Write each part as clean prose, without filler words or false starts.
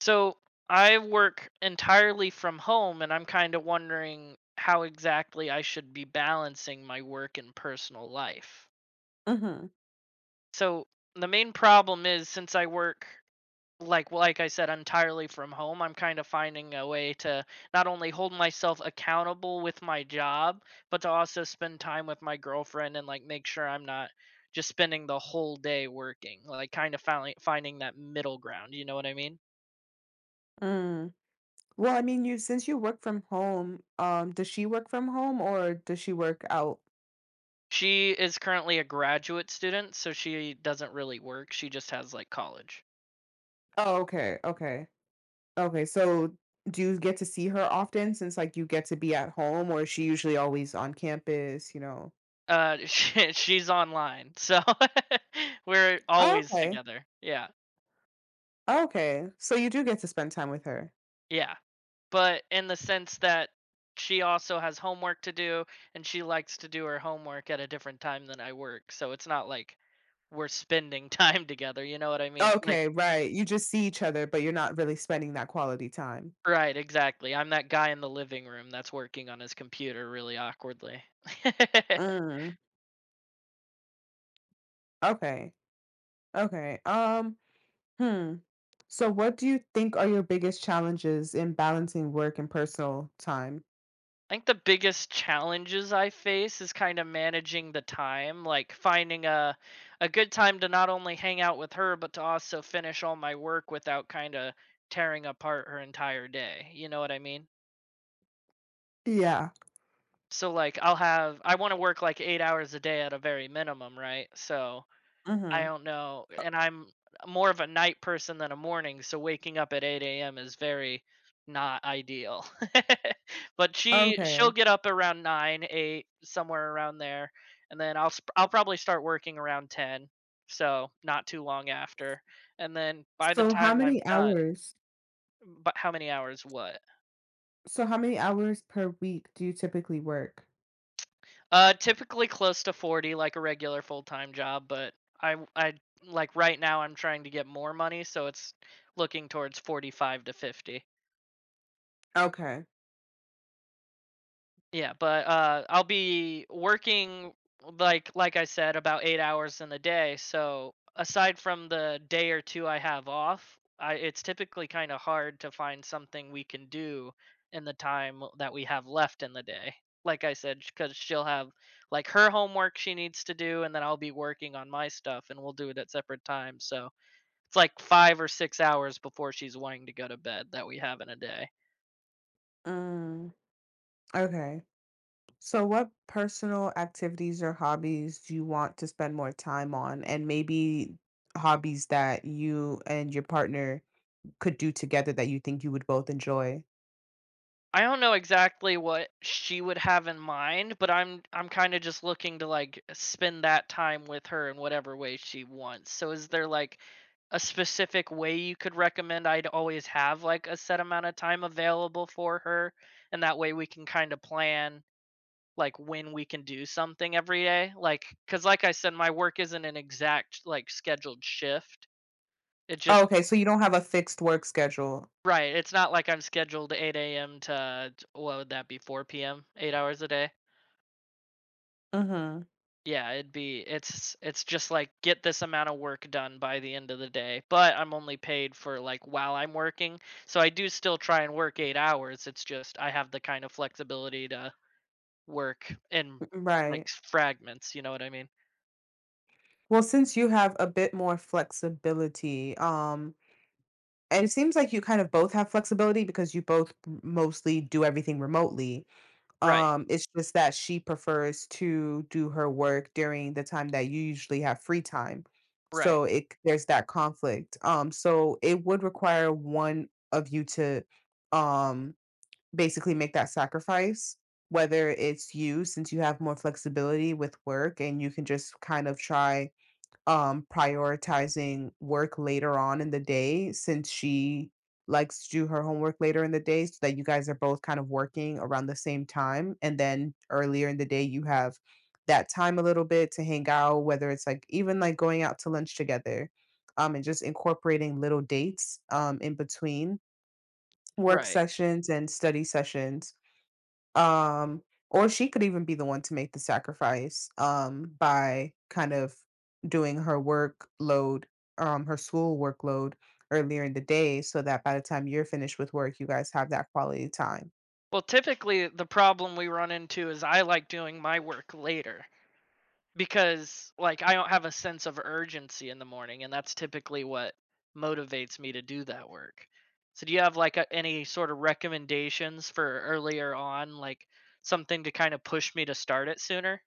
So I work entirely from home, and I'm kind of wondering how exactly I should be balancing my work and personal life. Uh-huh. So the main problem is, since I work like I said entirely from home, I'm kind of finding a way to not only hold myself accountable with my job, but to also spend time with my girlfriend and like make sure I'm not just spending the whole day working. Like kind of finding that middle ground, you know what I mean? Mm. Well, I mean, you since you work from home, does she work from home or does she work out? She is currently a graduate student, so she doesn't really work. She just has like college. Oh, okay, okay. Okay. So do you get to see her often since like you get to be at home, or is she usually always on campus, you know? She's online, so we're Oh, always okay. together. Yeah, Okay. So you do get to spend time with her. yeah. But in the sense that she also has homework to do, and she likes to do her homework at a different time than I work. So it's not like we're spending time together. You know what I mean? Like, Okay, right. You just see each other, but you're not really spending that quality time. right, exactly. I'm that guy in the living room that's working on his computer really awkwardly. Mm. Okay. Okay. Hmm. So, what do you think are your biggest challenges in balancing work and personal time? I think the biggest challenges I face is kind of managing the time, like finding a good time to not only hang out with her but to also finish all my work without kind of tearing apart her entire day. You know what I mean? Yeah. So like I'll have I want to work like 8 hours a day at a very minimum, right? So I Hmm. don't know, and I'm more of a night person than a morning, so waking up at 8 a.m. is very not ideal. But she'll Okay. get up around 9, 8, somewhere around there, and then I'll probably start working around 10, so not too long after, and then by the So, how time I'm many done. hours? But how many hours what? So, how many hours per week do you typically work? Typically close to 40, like a regular full time job, but I like right now I'm trying to get more money, so it's looking towards 45 to 50. Okay. Yeah, but I'll be working like I said about 8 hours in a day. So aside from the day or two I have off, it's typically kind of hard to find something we can do in the time that we have left in the day. Like I said, because she'll have like her homework she needs to do, and then I'll be working on my stuff, and we'll do it at separate times. So it's like 5 or 6 hours before she's wanting to go to bed that we have in a day. Mm. Okay. So, what personal activities or hobbies do you want to spend more time on? And maybe hobbies that you and your partner could do together that you think you would both enjoy? I don't know exactly what she would have in mind, but I'm kind of just looking to like spend that time with her in whatever way she wants. So is there like a specific way you could recommend? I'd always have like a set amount of time available for her, and that way we can kind of plan like when we can do something every day. Like cuz like I said my work isn't an exact like scheduled shift. It just Okay. So, you don't have a fixed work schedule. right, it's not like I'm scheduled 8 a.m. to what would that be, 4 p.m., 8 hours a day. Hmm. Yeah, it'd be it's just like get this amount of work done by the end of the day, but I'm only paid for like while I'm working. So I do still try and work 8 hours. It's just I have the kind of flexibility to work in like Right. Fragments, you know what I mean? Well, since you have a bit more flexibility, and it seems like you kind of both have flexibility because you both mostly do everything remotely. Right. It's just that she prefers to do her work during the time that you usually have free time. Right. So it there's that conflict. So it would require one of you to um basically make that sacrifice, whether it's you since you have more flexibility with work and you can just kind of try prioritizing work later on in the day since she likes to do her homework later in the day so that you guys are both kind of working around the same time. And then earlier in the day, you have that time a little bit to hang out, whether it's like even like going out to lunch together, and just incorporating little dates, in between work Right. sessions and study sessions, um, or she could even be the one to make the sacrifice, by kind of doing her workload, her school workload earlier in the day so that by the time you're finished with work, you guys have that quality time. Well, typically the problem we run into is I like doing my work later, because like I don't have a sense of urgency in the morning, and that's typically what motivates me to do that work. So, do you have like any sort of recommendations for earlier on, like something to kind of push me to start it sooner?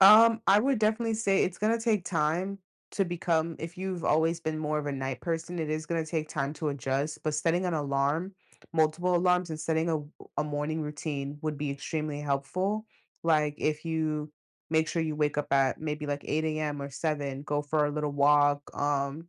I would definitely say it's gonna take time to become if you've always been more of a night person, it is gonna take time to adjust, but setting an alarm, multiple alarms, and setting a morning routine would be extremely helpful. Like if you make sure you wake up at maybe like 8 a.m. or 7, go for a little walk,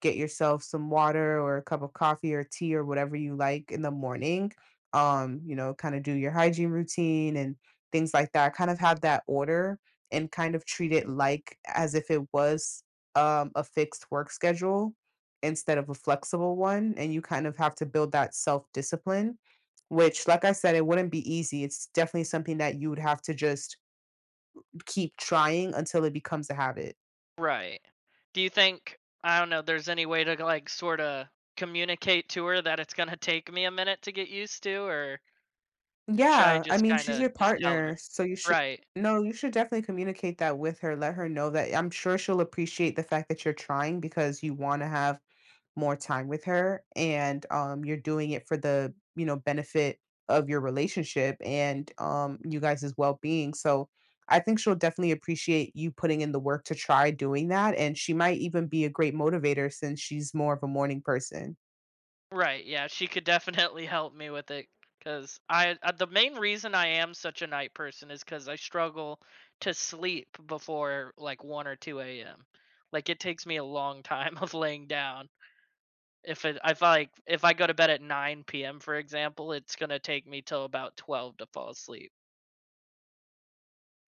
get yourself some water or a cup of coffee or tea or whatever you like in the morning. Kind of do your hygiene routine and things like that. Kind of have that order and kind of treat it like as if it was, a fixed work schedule instead of a flexible one. And you kind of have to build that self discipline, which, like I said, it wouldn't be easy. It's definitely something that you would have to just keep trying until it becomes a habit. Right. Do you think, I don't know, there's any way to like sort of communicate to her that it's gonna take me a minute to get used to, or should I Yeah, I just mean, kind she's of your just tell her? partner, so you should Right. no, you should definitely communicate that with her. Let her know that I'm sure she'll appreciate the fact that you're trying because you want to have more time with her, and you're doing it for the benefit of your relationship, and you guys' well-being. So I think she'll definitely appreciate you putting in the work to try doing that. And she might even be a great motivator since she's more of a morning person. Right, yeah, she could definitely help me with it cuz I the main reason I am such a night person is cuz I struggle to sleep before like 1 or 2 AM. Like it takes me a long time of laying down. If it if like, if I go to bed at 9 p.m. for example, it's going to take me till about 12 to fall asleep.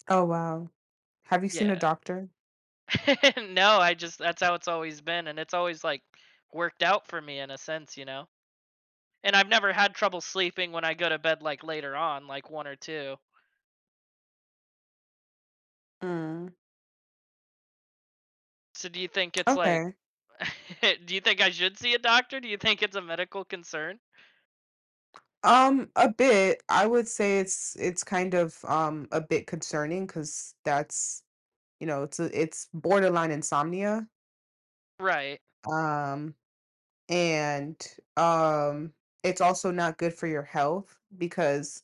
Oh, wow. Have you seen a Yeah. doctor? No, I just that's how it's always been, and it's always like worked out for me in a sense, you know? And I've never had trouble sleeping when I go to bed like later on, like 1 or 2. Mm. So do you think it's like Okay. do you think I should see a doctor? Do you think it's a medical concern? A bit. I would say it's kind of a bit concerning because that's you know it's a, it's borderline insomnia. Right. Um, and um, it's also not good for your health because,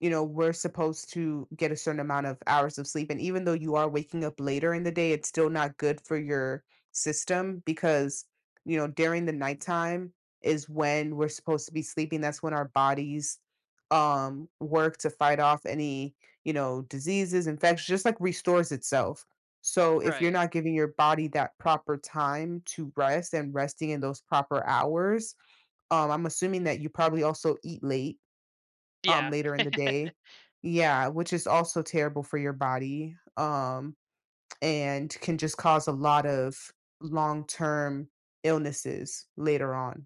we're supposed to get a certain amount of hours of sleep. And even though you are waking up later in the day, it's still not good for your system because, during the nighttime is when we're supposed to be sleeping. That's when our bodies work to fight off any, diseases, infections, just like restores itself. So if you're Right. not giving your body that proper time to rest and resting in those proper hours, I'm assuming that you probably also eat late, Yeah. later in the day. Yeah, which is also terrible for your body, and can just cause a lot of long-term illnesses later on.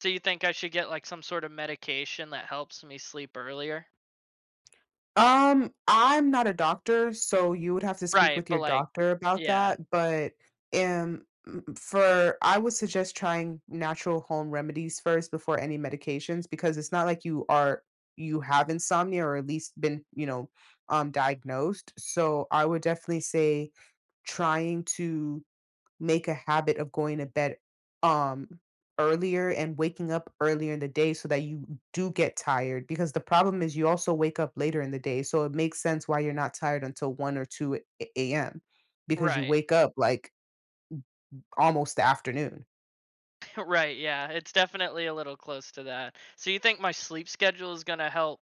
So you think I should get, like, some sort of medication that helps me sleep earlier? I'm not a doctor, so you would have to speak Right, with but, your like, doctor about yeah. that, but, mm, for I would suggest trying natural home remedies first before any medications because it's not like you have insomnia or at least been, diagnosed, so I would definitely say trying to make a habit of going to bed, um, earlier and waking up earlier in the day so that you do get tired because the problem is you also wake up later in the day, so it makes sense why you're not tired until 1 or 2 a AM because you Right. wake up, like, almost the afternoon. Right, yeah, it's definitely a little close to that. So you think my sleep schedule is gonna help,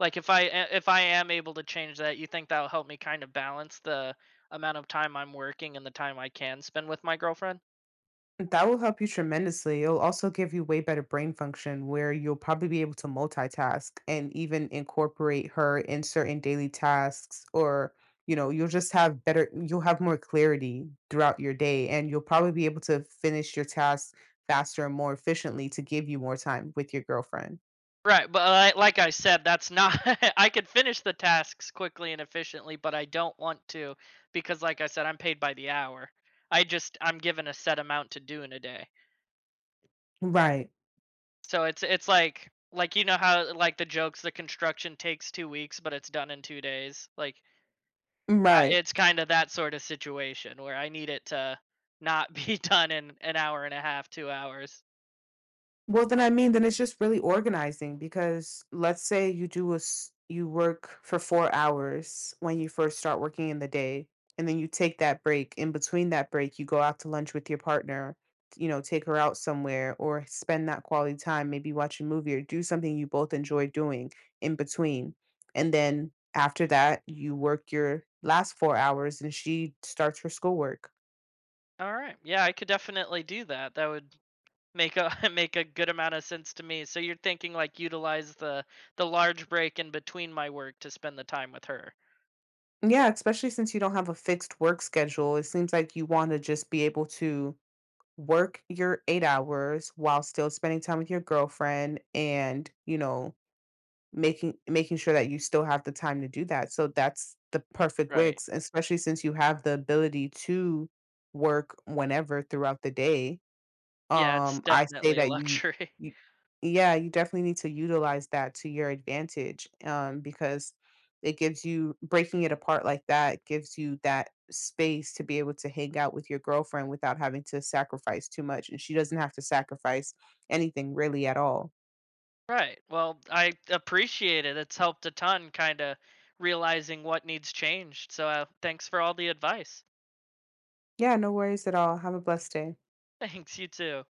like, if I a if I am able to change that, you think that'll help me kind of balance the amount of time I'm working and the time I can spend with my girlfriend? That will help you tremendously. It'll also give you way better brain function where you'll probably be able to multitask and even incorporate her in certain daily tasks, or, you'll have more clarity throughout your day, and you'll probably be able to finish your tasks faster and more efficiently to give you more time with your girlfriend. Right, but like I said, that's not. I could finish the tasks quickly and efficiently, but I don't want to, because, like I said, I'm paid by the hour. I'm given a set amount to do in a day, Right. so it's like you know how like the jokes the construction takes 2 weeks, but it's done in 2 days. Like Right. it's kind of that sort of situation where I need it to not be done in an hour and a half, 2 hours. Well, then I mean, then it's just really organizing because let's say you do a s- you work for 4 hours when you first start working in the day, and then you take that break. In between that break, you go out to lunch with your partner, take her out somewhere or spend that quality time, maybe watch a movie or do something you both enjoy doing in between. And then after that, you work your last 4 hours and she starts her schoolwork. All right, yeah, I could definitely do that. That would make a make a good amount of sense to me. So you're thinking like utilize the large break in between my work to spend the time with her. Yeah, especially since you don't have a fixed work schedule, it seems like you want to just be able to work your 8 hours while still spending time with your girlfriend, and, making sure that you still have the time to do that. So that's the perfect way, Right. Especially since you have the ability to work whenever throughout the day. Yeah, it's I say definitely a that you luxury. you yeah, you definitely need to utilize that to your advantage, because it gives you breaking it apart like that gives you that space to be able to hang out with your girlfriend without having to sacrifice too much, and she doesn't have to sacrifice anything really at all. Right. Well, I appreciate it. It's helped a ton kind of realizing what needs changed. So thanks for all the advice. Yeah, no worries at all. Have a blessed day. Thanks, you too.